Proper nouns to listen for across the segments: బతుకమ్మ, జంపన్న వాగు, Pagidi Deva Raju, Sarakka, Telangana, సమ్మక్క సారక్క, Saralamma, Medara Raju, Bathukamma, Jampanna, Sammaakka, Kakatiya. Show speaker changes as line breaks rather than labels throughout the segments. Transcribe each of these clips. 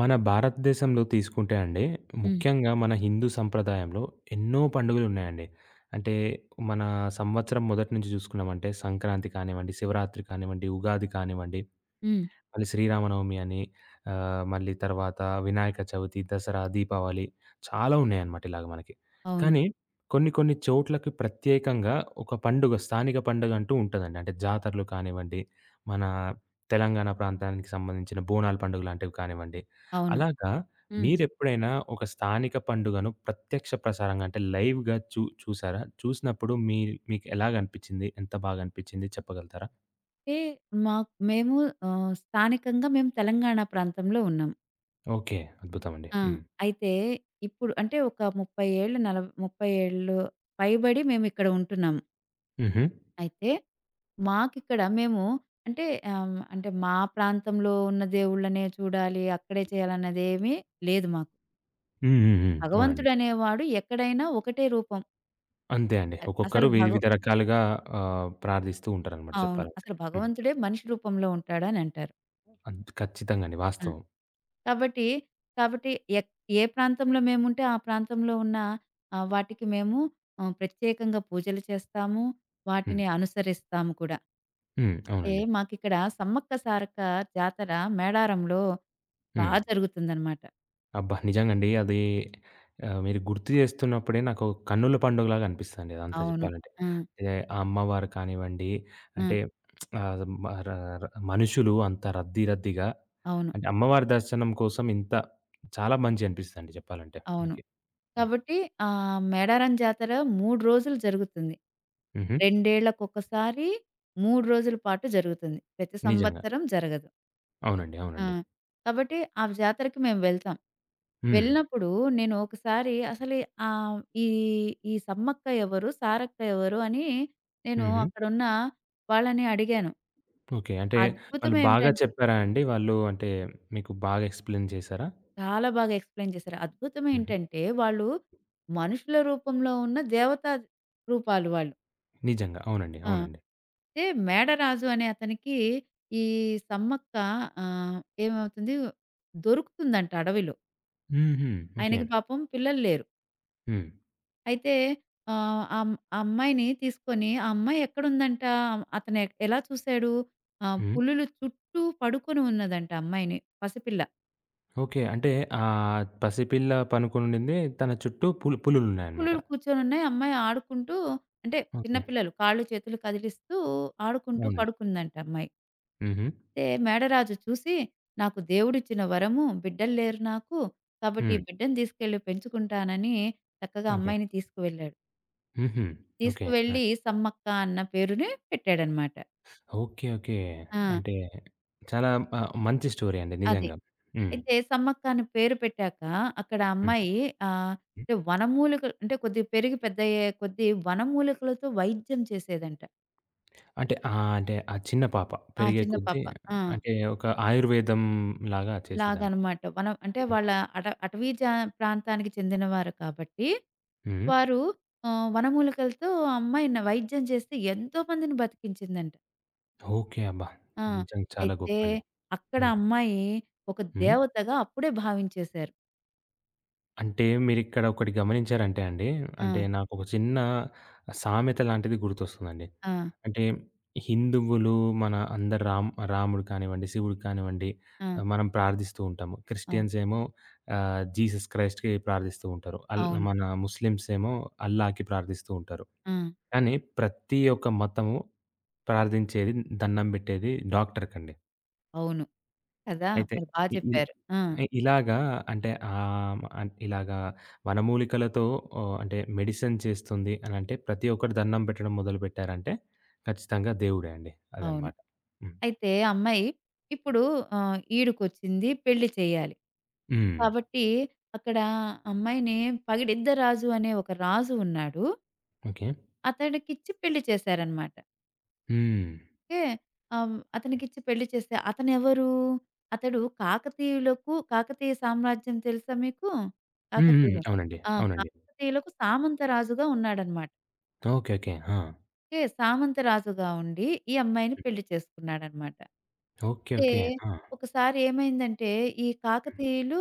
మన భారతదేశంలో తీసుకుంటే అండి,
హ్మ్.
ముఖ్యంగా మన హిందూ సంప్రదాయంలో ఎన్నో పండుగలున్నాయండి. అంటే మన సంవత్సరం మొదటి నుంచి చూసుకున్నామంటే సంక్రాంతి కానివ్వండి, శివరాత్రి కానివ్వండి, ఉగాది కానివ్వండి,
హ్మ్.
మళ్ళీ శ్రీరామనవమి అని, మళ్ళీ తర్వాత వినాయక చవితి, దసరా, దీపావళి చాలా ఉన్నాయన్నమాట ఇలాగ మనకి.
అవును.
కానీ కొన్ని కొన్ని చోట్లకి ప్రత్యేకంగా ఒక పండుగ, స్థానిక పండుగ అంటూ ఉంటదండి. అంటే జాతరలు కానివ్వండి, మన తెలంగాణ ప్రాంతానికి సంబంధించిన బోనాల పండుగ లాంటివి కానివ్వండి.
అవును.
అలాగా
హ్మ్.
మీరెప్పుడైనా ఒక స్థానిక పండుగను ప్రత్యక్ష ప్రసారంగా అంటే లైవ్‌గా చూసారా? చూసినప్పుడు మీకు ఎలాగనిపించింది? ఎంత బాగా అనిపించింది చెప్పగలుగుతారా?
అంటే మాకు మేము స్థానికంగా మేము తెలంగాణ ప్రాంతంలో ఉన్నాం.
ఓకే. అద్భుతమండి.
ఆ!
హ్మ్.
అయితే ఇప్పుడు అంటే ఒక 30 ఏళ్ళు 30 ఏళ్ళు పైబడి మేమిక్కడ ఉంటున్నాము.
హుహు.
అయితే మాకిక్కడ మేము అంటే అంటే మా ప్రాంతంలో ఉన్న దేవుళ్ళనే చూడాలి, అక్కడే చేయాలన్నదేమీ లేదు మాకు.
హ్మ్. హ్మ్. హ్మ్. అవునండి.
భగవంతుడనేవాడు ఎక్కడైనా ఒకటే రూపం.
అంతే అండి. ఒక్కొక్కరు
అసలు
విధి
భగ
వివిధ రకాలుగా ప్రార్థిస్తూ ఉంటారనమాట
అవును.
చెప్పాలంటే.
అసలు
హ్మ్.
భగవంతుడే మనిషి రూపంలో ఉంటాడనంటారు.
ఖచ్చితంగా అండి.
ఆ!
వాస్తవం.
కాబట్టి, కాబట్టి ఎక్ ఏ ప్రాంతంలో మేముంటే ఆ ప్రాంతంలో ఉన్న వాటికి మేము ప్రత్యేకంగా పూజలు చేస్తాము.
హ్మ్.
వాటిని అనుసరిస్తాము కూడా.
హ్మ్.
అంటే
అవునండి.
మాకిక్కడ సమ్మక్క సారక్క జాతర మేడారంలో బా
హ్మ్.
జరుగుతుందనమాట.
అబ్బా! నిజంగండి. అది మీరు గుర్తు చేస్తున్నప్పుడే నాకు కన్నుల పండుగలాగా అనిపిస్తదండి అదంతా
అవును.
చెప్పాలంటే.
ఆ!
ఏ ఆ అమ్మవారు కానివ్వండి,
ఆ!
అంటే ఆహ్, మ ర ర మనుషులు అంత రద్దీ రద్దీగా
అవును.
అంటే అమ్మవారి దర్శనం కోసం ఇంత చాలా మంచి అనిపిస్తదండి చెప్పాలంటే
అవును.
మనకి. హ్మ్.
కాబట్టి మేడారం జాతర 3 రోజులు జరుగుతుంది.
హుహు.
2 ఏళ్లకొకసారి 3 రోజుల పాటు జరుగుతుంది. ప్రతి
నిజంగా.
సంవత్సరం జరగదు.
అవునండి.
ఆ!
అవునండి.
కాబట్టి ఆ జాతరకి మేము వెళ్తాం.
హ్మ్.
వెళ్ళినప్పుడు నేను ఒకసారి అసలు ఆహ్, ఈ ఈ సమ్మక్క ఎవరు? సారక్క ఎవరు? అని నేను
హుహు.
అక్కడున్న వాళ్ళని అడిగాను.
ఓకే. అంటే
అద్భుతం
వాళ్ళు బాగా
ఏమిటంటే
చెప్పారా అండి? వాళ్ళు అంటే మీకు బాగా ఎక్స్‌ప్లెయిన్ చేసారా?
చాలా బాగా ఎక్స్‌ప్లెయిన్ చేశారు. అద్భుతం
హుహు.
ఏంటంటే వాళ్ళు మనుషుల రూపంలో ఉన్న దేవతా రూపాలు వాళ్ళు.
నిజంగా. అవునండి.
ఆ!
అవునండి.
అయితే మేడరాజు అనే అతనికి ఈ సమ్మక్క ఆహ్, ఏమవుతుంది దొరుకుతుందంట అడవిలో.
హుహు. ఓకే.
ఆయనకి పాపం పిల్లలు లేరు.
హ్మ్.
అయితే ఆహ్, అమ్ ఆ అమ్మాయిని తీసుకొని, ఆ అమ్మాయి ఎక్కడుందంట, అతను ఎలా చూసాడు,
హ్మ్.
పులులు చుట్టూ పడుకొని ఉన్నదంట అమ్మాయిని. పసిపిల్ల.
ఓకే. అంటే పసిపిల్ల పనుకొనుండింది. తన చుట్టూ పులులున్నాయన్నమాట.
పులులు కూర్చొనున్నాయి. అమ్మాయి ఆడుకుంటూ అంటే చిన్న
ఓకే.
పిల్లలు కాళ్ళు, చేతులు కదిలిస్తూ ఆడుకుంటూ
అవునండి.
పడుకుందంట అమ్మాయి.
హుహు.
అయితే మేడరాజు చూసి, "నాకు దేవుడిచ్చిన వరము, బిడ్డలు లేరు నాకు. కాబట్టి ఈ
హ్మ్.
బిడ్డని తీసుకెళ్ళి పెంచుకుంటానని" చక్కగా
ఓకే.
అమ్మాయిని తీసుకువెళ్ళాడు.
హుహు. ఓకే. ఆ!
తీసుకువెళ్ళి సమ్మక్క అన్న పేరుని పెట్టాడనమాట.
ఓకే. ఓకే.
ఆ!
అంటే చాలా మంచి స్టోరీ అండి
అది.
నిజంగా. హ్మ్.
అయితే సమ్మక్క అని పేరు పెట్టాక అక్కడ
హ్మ్.
అమ్మాయి ఆహ్, అంటే వనమూలికలు అంటే కొద్దిగా పెరిగి పెద్దయ్యే కొద్దీ వనమూలికలతో వైద్యం చేసేదంట.
అంటే అంటే ఆ చిన్న పాప
ఆ!
పెరిగే
చిన్న
కొద్దీ
పాప. ఆ!
అంటే ఒక ఆయుర్వేదం లాగా చేసేదాన్ని.
లాగనమాట. వనం అంటే
హ్మ్.
వాళ్ళ అటవీ ప్రాంతానికి చెందినవారు కాబట్టి
హ్మ్.
వారు వనమూలికలతో ఆ అమ్మాయిని వైద్యం చేస్తే ఎంతో మందిని బతికించిందంట.
ఓకే. అబ్బా!
ఆ!
నిజంగా చాలా
అయితే
గొప్పండి.
అక్కడ
హ్మ్.
అమ్మాయి ఒక
హ్మ్.
దేవతగా అప్పుడే భావించేశారు.
అంటే మీరిక్కడ ఒకటి గమనించారంటే అండి,
ఆ!
అంటే నాకొక చిన్న సామెత లాంటిది గుర్తొస్తుందండి.
ఆ!
అంటే హిందువులు మన అందరు రాముడు కానివ్వండి, శివుడు కానివ్వండి
ఆ!
మనం ప్రార్థిస్తూ ఉంటాము.
అవు
క్రిస్టియన్స్ ఏమో జీసస్ క్రైస్ట్‌కి ప్రార్థిస్తూ ఉంటారు.
అవును.
మన ముస్లిమ్స్ ఏమో అల్లాకి ప్రార్థిస్తూ ఉంటారు.
ఆ!
కానీ ప్రతి ఒక్క మతము ప్రార్థించేది, దండం బెట్టేది డాక్టర్‌కండి.
అవును. కదా!
అయితే
మీరు బా
ఇ
చెప్పారు. ఆ!
ఇ ఇలాగా అంటే ఇలాగా వనమూలికలతో ఓహ్, అంటే మెడిసిన్ చేస్తుంది అనంటే ప్రతి ఒక్కరు దండం పెట్టడం మొదలుపెట్టారంటే ఖచ్చితంగా దేవుడే అండి.
అవును.
అదనమాట. హ్మ్.
అయితే అమ్మాయి ఇప్పుడు ఈడుకొచ్చింది పెళ్లి చేయాలి.
హ్మ్.
కాబట్టి అక్కడ అమ్మాయిని పగిడిద్దరాజు అనే ఒక రాజు ఉన్నాడు.
ఓకే.
అతడికిచ్చి పెళ్లి చేశారనమాట.
హ్మ్.
ఓకే. అతనికిచ్చి పెళ్లి చేస్తే అతనెవరు? అతడు కాకతీయులకు కాకతీయ సామ్రాజ్యం తెలుసా మీకు?
హ్మ్. హ్మ్.
కాకతీయులు.
అవునండి.
ఆ!
అవునండి.
కాకతీయులకు సామంత రాజుగా ఉన్నాడనమాట.
ఓకే. ఓకే. ఆ!
ఓకే. సామంత రాజుగా ఉండి ఈ అమ్మాయిని
హ్మ్.
పెళ్లి చేసుకున్నాడనమాట.
ఓకే.
అయితే
ఓకే. ఆ!
ఒకసారి ఏమైందంటే ఈ కాకతీయులు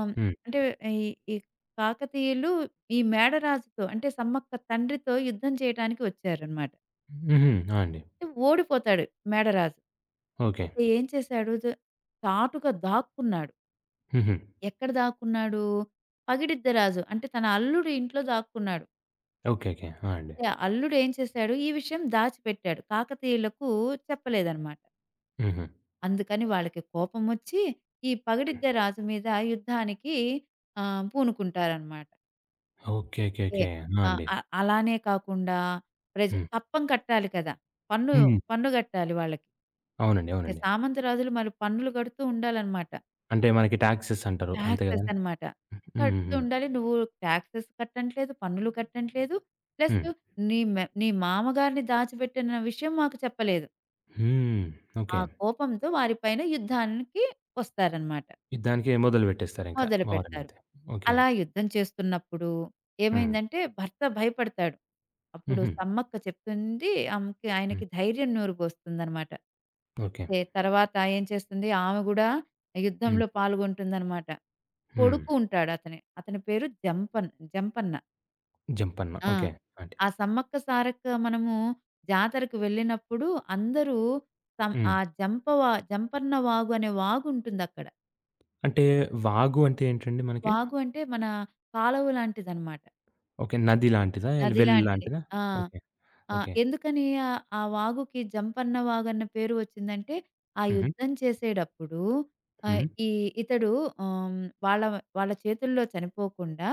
ఆహ్,
హ్మ్.
అంటే ఈ ఈ కాకతీయులు ఈ మేడరాజుతో అంటే సమ్మక్క తండ్రితో యుద్ధం చేయటానికి వచ్చారన్నమాట.
హుహు. ఆ! అండి.
అంటే ఓడిపోతాడు మేడరాజు.
ఓకే.
అయితే ఏం చేశాడు చాటుగా దాక్కున్నాడు.
హుహు.
ఎక్కడ దాక్కున్నాడు? పగిడిద్దరాజు అంటే తన అల్లుడు ఇంట్లో దాక్కున్నాడు.
ఓకే. ఓకే. ఆ! అండి.
అయితే ఆ అల్లుడు ఏం చేశాడు? ఈ విషయం దాచిపెట్టాడు. కాకతీయులకు చెప్పలేదన్నమాట.
హుహు.
అందుకని వాళ్ళకి కోపమొచ్చి, ఈ పగడిద్ద రాజు మీద యుద్ధానికి పూనుకుంటారనమాట.
ఓకే. ఓకే.
ఓకే.
ఓకే. ఆ!
ఆహ్,
అండి.
అ అలానే కాకుండా
హ్మ్.
కప్పం కట్టాలి కదా! పన్ను
హ్మ్.
పన్ను గట్టాలి వాళ్ళకి.
అవునండి.
ఏ,
అవునండి.
సామంత రాజులు మరి పన్నులు గడుతూ ఉండాలనమాట.
అంటే మనకి టాక్సెస్ అంటారు. అంతే
టాక్సెస్
గదండీ!
అనమాట.
హ్మ్.
కడుతూ
హ్మ్.
ఉండాలి. నువ్వు టాక్సెస్ కట్టట్లేదు, పన్నులు కట్టట్లేదు. ప్లస్
హ్మ్.
నీ మామగారిని దాచిపెట్టిన విషయం మాకు చెప్పలేదు.
హ్మ్. ఓకే.
ఆ కోపంతో వారి పైన యుద్ధానికి వస్తారనమాట.
దానికే మొదలు పెట్టేస్తారింక
మొదలుపెడతారు.
వారనైతే. ఓకే.
అలా యుద్ధం చేస్తున్నప్పుడు
హ్మ్.
ఏమైందంటే భర్త భయపడతాడు. అప్పుడు
హుహు.
సమ్మక్క చెప్తుంది ఆమెకి
హ్మ్.
ఆయనకి ధైర్యం నూరిపోస్తుందనమాట.
ఓకే.
తర్వాత ఏం చేస్తుంది ఆమె గూడా
హ్మ్.
యుద్ధంలో పాల్గొంటుందనమాట.
హ్మ్.
కొడుకు ఉంటాడు అతని. అతని పేరు జంపన్న.
జంపన్న.
ఆ!
ఓకే. అంటే
ఆ సమ్మక్క సారక్క మనము జాతరకు వెళ్ళినప్పుడు అందరూ సం
హ్మ్.
ఆ జంపవ జంపన్న వాగు అనే వాగుంటుందక్కడ.
అంటే వాగు అంటే ఏంటండి మనకి?
వాగు అంటే మన కాలువ లాంటిదనమాట.
ఓకే. నది లాంటిదా?
నది
వెల్
లాంటిది.
లాంటిదా?
ఆ!
ఓకే.
ఆ!
ఓకే.
ఎందుకని ఆ వాగుకి జంపన్న వాగన్న పేరు వచ్చిందంటే, ఆ
హుహు.
యుద్ధం చేసేడప్పుడు ఆహ్,
హ్మ్.
ఈ ఇతడు ఆహ్, వాళ్ళ వాళ్ళ చేతుల్లో చనిపోకుండా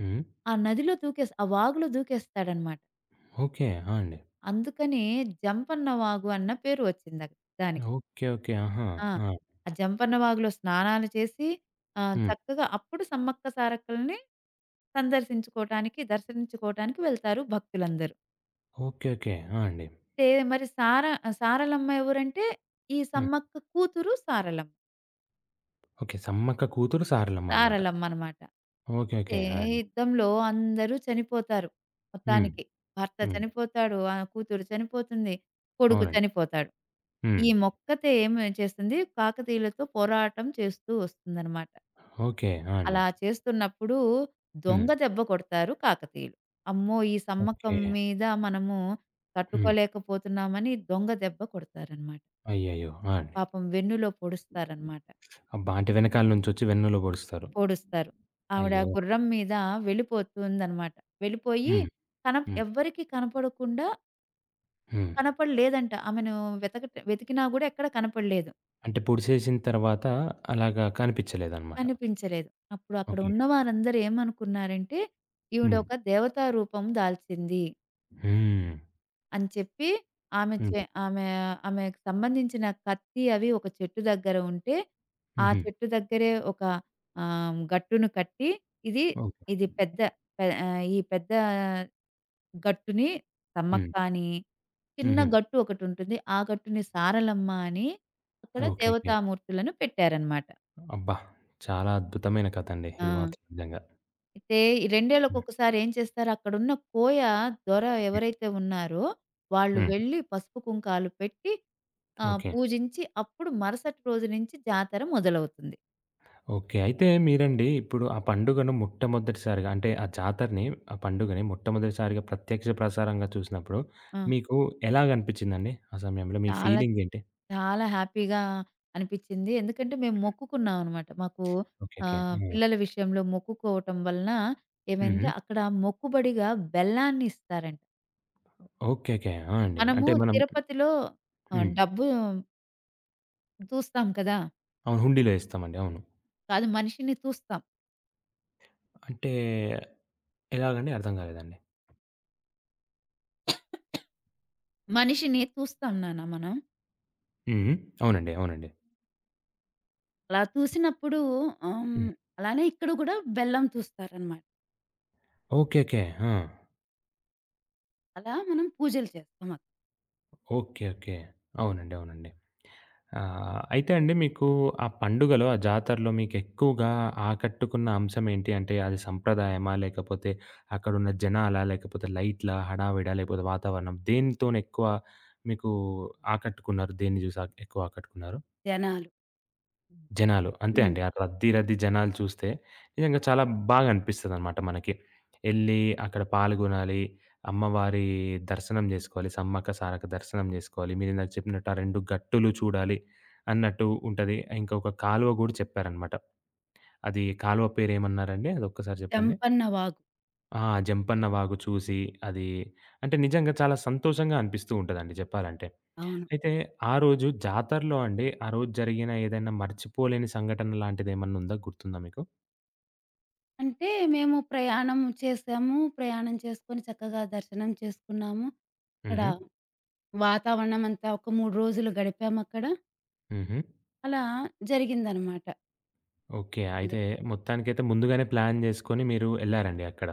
హ్మ్.
ఆ వాగులో దూకేస్తాడనమాట.
ఓకే. ఆ! అండి.
అందుకని జంపన్న వాగు అన్న పేరు వచ్చింది అది దానికి.
ఓకే. ఓకే. ఆహా!
ఆ!
ఆ!
ఆ జంపన్న వాగులో స్నానాలు చేసి
హ్మ్.
చక్కగా అప్పుడు సమ్మక్క సారక్కల్ని దర్శించుకోటానికి వెళ్తారు భక్తులందరూ.
ఓకే. ఓకే. ఆ! అండి.
అంటే మరి సార సారలమ్మ ఎవరంటే, ఈ సమ్మక్క కూతురు సారలమ్మ.
ఓకే. సమ్మక్క కూతురు సారలమ్మ అనమాట.
సారలమ్మనమాట.
ఓకే. ఓకే. ఆ!
అయితే
అండి.
యుద్ధంలో అందరూ చనిపోతారు
హ్మ్.
మొత్తానికి. భర్త
హ్మ్.
చనిపోతాడు, ఆ కూతురు చనిపోతుంది, కొడుకు
అవునండి.
చనిపోతాడు.
హ్మ్.
ఈ మొక్కతే ఏం చేస్తుంది, కాకతీయులతో పోరాటం చేస్తూ వస్తుందనమాట.
ఓకే. ఆ! అండి.
అలా చేస్తున్నప్పుడు
హ్మ్.
దొంగ దెబ్బ కొడతారు కాకతీయులు. అమ్మో! ఈ సమ్మక్కం
ఓకే.
మీద మనము
హ్మ్.
తట్టుకోలేకపోతున్నామని దొంగ దెబ్బ కొడతారనమాట.
అయ్యయ్యో! ఆ! అండి.
పాపం వెన్నులో పొడుస్తారనమాట.
అబ్బా! అంటే వెనకాల నుంచొచ్చి వెన్నులో పొడుస్తారు.
పొడుస్తారు. ఆవిడ
అయ్యో!
గుర్రం మీద వెళ్ళిపోతుందనమాట. వెళ్ళిపోయి
హ్మ్. హ్మ్.
ఎవ్వరికీ కనపడకుండా
హ్మ్.
కనపడలేదంట. ఆమెను వెతికినా గూడా ఎక్కడ కనపడలేదు.
అంటే పొడిసేసిన తర్వాత అలాగా కనిపించలేదనమాట.
కనిపించలేదు. అప్పుడు అక్కడ
ఓకే.
ఉన్న వారందరూ ఏమనుకున్నారంటే, ఈవిడ
హ్మ్.
ఒక దేవతా రూపం దాల్చింది.
హ్మ్.
అని చెప్పి
హ్మ్.
ఆమె ఆమెకు సంబంధించిన కత్తి అవి ఒక చెట్టు దగ్గర ఉంటే, ఆ
హుహు.
చెట్టు దగ్గరే ఒక గట్టును కట్టి ఇది
ఓకే.
ఇది పెద్ద ఈ పెద్ద గట్టుని
హ్మ్.
సమ్మక్క అని, చిన్న
హుహు.
గట్టు ఒకటుంటుంది. ఆ గట్టుని సారలమ్మ అని అక్కడ
ఓకే. ఓకే.
దేవతామూర్తులను పెట్టారనమాట.
అబ్బా! చాలా అద్భుతమైన కథండి
ఆ!
ఇది మాత్రం నిజంగా.
అయితే ఈ
హ్మ్.
రెండేళ్లకొకసారి ఏం చేస్తారు అక్కడున్న కోయ దొర
హ్మ్.
ఎవరైతే ఉన్నారో, వాళ్ళు
హ్మ్.
వెళ్లి పసుపు కుంకాలు పెట్టి ఆ!
ఓకే.
పూజించి అప్పుడు మరుసటి రోజు నుంచి జాతర మొదలవుతుంది.
ఓకే. అయితే మీరండి ఇప్పుడు ఆ పండుగను మొట్టమొదటిసారిగా అంటే ఆ జాతరని, ఆ పండుగని మొట్టమొదటిసారిగా ప్రత్యక్ష ప్రసారంగా చూసినప్పుడు
ఆ!
మీకు ఎలాగనిపించిందండి? ఆ సమయంలో మీ
చాలా,
ఫీలింగ్ ఏంటి?
చాలా హ్యాపీగా అనిపిచ్చింది. ఎందుకంటే మేము మొక్కుకున్నాం అనమాట. మాకు
ఓకే. ఓకే. ఆ!
పిల్లల విషయంలో మొక్కుకోవటం వలన
హుహు.
ఏమైందంటే అక్కడ మొక్కుబడిగా బెల్లాన్ని ఇస్తారంట.
ఓకే. ఓకే. ఆ! అండి.
మనము
అంటే మనం
తిరుపతిలో
హ్మ్.
డబ్బు తూస్తాం కదా!
అవును. హుండీలో ఏస్తామండి. అవును.
కాదు మనిషిని తూస్తాం.
అంటే ఎలాగండి? అర్థం కాలేదండి.
మనిషిని తూస్తాం నాన్న మనం.
హ్మ్. హ్మ్. అవునండి. అవునండి.
అలా తూసినప్పుడు ఆహ్,
హ్మ్.
అలానే ఇక్కడ గూడా బెల్లం తూస్తారనమాట.
ఓకే. ఓకే. ఆ!
అలా మనం పూజలు చేస్తాం అక్కడ
ఓకే. ఓకే. అవునండి. అవునండి. ఆ! అయితే అండి మీకు ఆ పండుగలో, ఆ జాతరలో మీకెక్కువగా ఆకట్టుకున్న అంశం ఏంటి? అంటే అది సంప్రదాయమా? లేకపోతే అక్కడున్న జనాలా? లేకపోతే లైట్లా? హడావిడా? లేకపోతే వాతావరణం? దేనితోనెక్కువ మీకు ఆకట్టుకున్నారు? దేన్ని జూసి ఎక్కువ ఆకట్టుకున్నారు?
జనాలు.
జనాలు. అంతే
హ్మ్.
అండి. ఆ రద్దీ, రద్దీ జనాలు చూస్తే నిజంగా చాలా బాగా అనిపిస్తదనమాట మనకి. ఎళ్లి అక్కడ పాల్గొనాలి, అమ్మవారి దర్శనం జేసుకోవాలి, సమ్మక్క సారక్క దర్శనం జేసుకోవాలి. మీరిందాక చెప్పినట్టు ఆ 2 గట్టులు చూడాలి అన్నట్టు ఉంటది. ఇంకొక కాలువ గూడా చెప్పారనమాట. అది కాలువ పేరేమన్నారండి? అదొక్కసారి జెప్పండి.
రంపన్న వాగు.
ఆ! జంపన్న వాగు చూసి అది అంటే నిజంగా చాలా సంతోషంగా అనిపిస్తూ ఉంటదండి జెప్పాలంటే.
అవును.
అయితే ఆ రోజు జాతరలో అండి, ఆ రోజు జరిగిన ఏదైనా మర్చిపోలేని సంఘటన లాంటిదేమన్నా ఉందా? గుర్తుందా మీకు?
అంటే మేము ప్రయాణం చేసాము. ప్రయాణం చేసుకొని చక్కగా దర్శనం చేసుకున్నాము. అక్కడ
హుహు.
వాతావరణం అంతా ఒక 3 రోజులు గడిపామక్కడ.
హుహు.
అలా జరిగిందనమాట.
ఓకే.
అదే.
అయితే మొత్తానికైతే ముందుగానే ప్లాన్ జేసుకొని మీరు ఎళ్లారండి అక్కడ.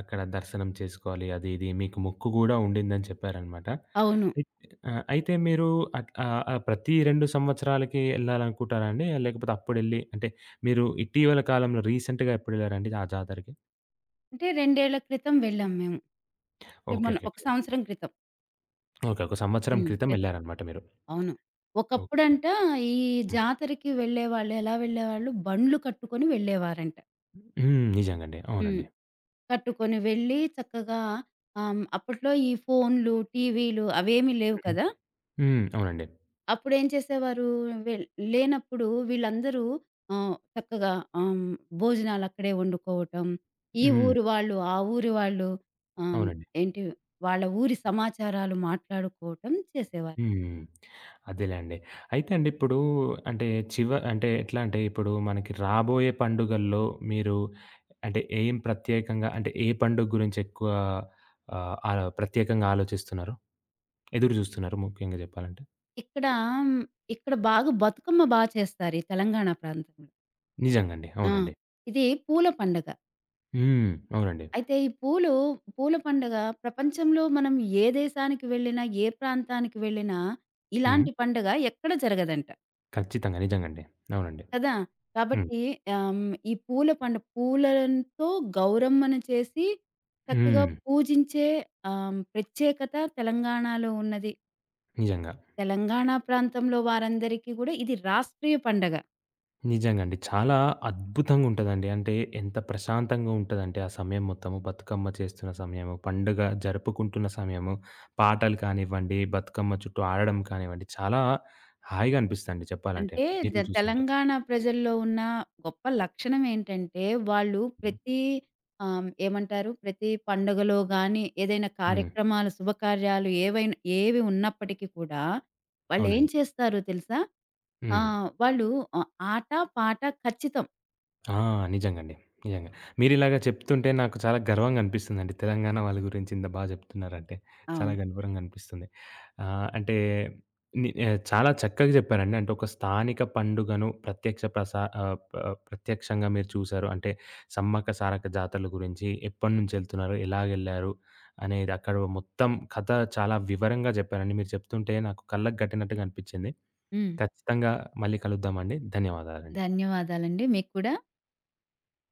అక్కడ దర్శనం చేసుకోవాలి అది ఇది మీకు మొక్కు గూడా ఉండిందని చెప్పారనమాట.
అవును.
అయిత్ ఆ! అయితే మీరు ప్రతి 2 సంవత్సరాలకి ఎళ్ళాలనుకుంటారా అండి? లేకపోతే అప్పుడెళ్ళి అంటే మీరు ఇటీవల కాలంలో రీసెంట్‌గా ఎప్పుడెళ్లారండి ఆ జాతరకి?
అంటే 2 ఏళ్ల క్రితం వెళ్ళాం మేము. అంటే
ఓకే.
మొన్న
ఓకే.
ఒక
ఓకే.
సంవత్సరం క్రితం.
ఓకే. ఒక సంవత్సరం
హ్మ్.
క్రితం
క్రితం.
ఎళ్లారనమాట మీరు.
అవును.
ఓకే.
ఒకప్పుడంట ఈ
హ్మ్.
జాతరకి వెళ్ళేవాళ్ళు ఎలా వెళ్ళేవాళ్ళు బండ్లు కట్టుకొని వెళ్ళేవారంట.
హ్మ్. నిజంగండి.
హ్మ్.
అవునండి.
కట్టుకొని వెళ్ళి చక్కగా ఆహ్, హ్మ్. అప్పట్లో ఈ ఫోన్‌లు, టీవీలు అవేమీ లేవు
హుహు.
కదా!
హ్మ్. అవునండి.
అప్పుడేం చేసేవారు వెల్ లేనప్పుడు వీళ్ళందరూ చక్కగా ఆహ్, హ్మ్. భోజనాలు అక్కడే వండుకోవటం. ఈ
హ్మ్.
ఊరు వాళ్ళు, ఆ ఊరి వాళ్ళు ఆహ్, హ్మ్.
అవునండి.
ఏంటి వాళ్ళ ఊరి సమాచారాలు మాట్లాడుకోవటం చేసేవారు.
హ్మ్. అదేలేండి. అయితే అండి ఇప్పుడు అంటే అంటే ఎట్లా అంటే ఇప్పుడు మనకి రాబోయే పండుగల్లో మీరు అంటే ఏం ప్రత్యేకంగా అంటే ఏ పండుగ గురించి ఎక్కువ ఆహ్, ఆలో ప్రత్యేకంగా ఆలోచిస్తున్నారు? ఎదురు జూస్తున్నారు ముఖ్యంగా జెప్పాలంటే?
ఇక్కడ హ్మ్. ఇక్కడ బాగా బతుకమ్మ బా చేస్తారు ఈ తెలంగాణ ప్రాంతంలో.
నిజంగండి.
ఆ!
అవునండి.
ఇది పూల పండగ.
హ్మ్. అవునండి.
అయితే ఈ పూలు పూల పండగ ప్రపంచంలో మనం ఏ దేశానికి వెళ్ళినా, ఏ ప్రాంతానికి వెళ్ళినా
హ్మ్.
ఇలాంటి పండగ ఎక్కడ జరగదంట.
ఖచ్చితంగా. నిజంగండి. అవునండి.
కదా!
హ్మ్.
కాబట్టి ఆహ్, ఈ పూల పండు పూలతో గౌరమ్మను చేసి చక్కగా
హ్మ్.
పూజించే ప్రత్యేకత తెలంగాణలో ఉన్నది.
నిజంగా.
తెలంగాణ ప్రాంతంలో వారందరికీ గూడా ఇది రాష్ట్రీయ పండగ.
నిజంగండి. చాలా అద్భుతంగుంటదండి. అంటే ఎంత ప్రశాంతంగా ఉంటదంటే ఆ సమయం మొత్తము, బతుకమ్మ చేస్తున్న సమయము, పండుగ జరుపుకుంటున్న సమయము, పాటలు కానివ్వండి, బతుకమ్మ చుట్టూ ఆడడం కానివ్వండి, చాలా హాయిగా అనిపిస్తదండి చెప్పాలంటే.
అంటే
మీరు కూడా చూసే ఉంటారు.
తెలంగాణ ప్రజల్లో ఉన్న గొప్ప లక్షణం ఏంటంటే, వాళ్ళు
హ్మ్.
ప్రతి ఏమంటారు? ప్రతి పండుగలో గానీ, ఏదైనా
హ్మ్.
కార్యక్రమాలు, శుభకార్యాలు ఏవైనా ఏవి ఉన్నప్పటికీ కూడా, వాళ్ళేం
అవునండి.
చేస్తారో తెలుసా?
హ్మ్.
ఆహ్, వాళ్ళు ఆహ్, ఆట, పాట ఖచ్చితం.
ఆ! నిజంగండి. నిజంగా. మీరిలాగ చెప్తుంటే నాకు చాలా గర్వంగా అనిపిస్తుందండి. తెలంగాణ వాళ్ళ గురించి ఇంత బా జెప్తున్నారంటే. చాలా
అవును.
గర్వంగా అనిపిస్తుంది. ఆ! అంటే చాలా చక్కగా చెప్పారండి. అంటే ఒక స్థానిక పండుగను ప్రత్యక్ష ప్రస ఆహ్, ప ప్రత్యక్షంగా మీరు చూసారు. అంటే సమ్మక్క సారక్క జాతరల గురించి ఎప్పటినుంచెళ్తున్నారు? ఎలాగెళ్లారు? అనేది అక్కడ మొత్తం కథ చాలా వివరంగా చెప్పారండి. మీరు చెప్తుంటే నాకు కళ్ళకు కట్టినట్టుగా అనిపిచ్చింది.
హ్మ్.
ఖచ్చితంగా మళ్ళీ కలుద్దామండి. ధన్యవాదాలండి.
ధన్యవాదాలండి. మీకు కూడా.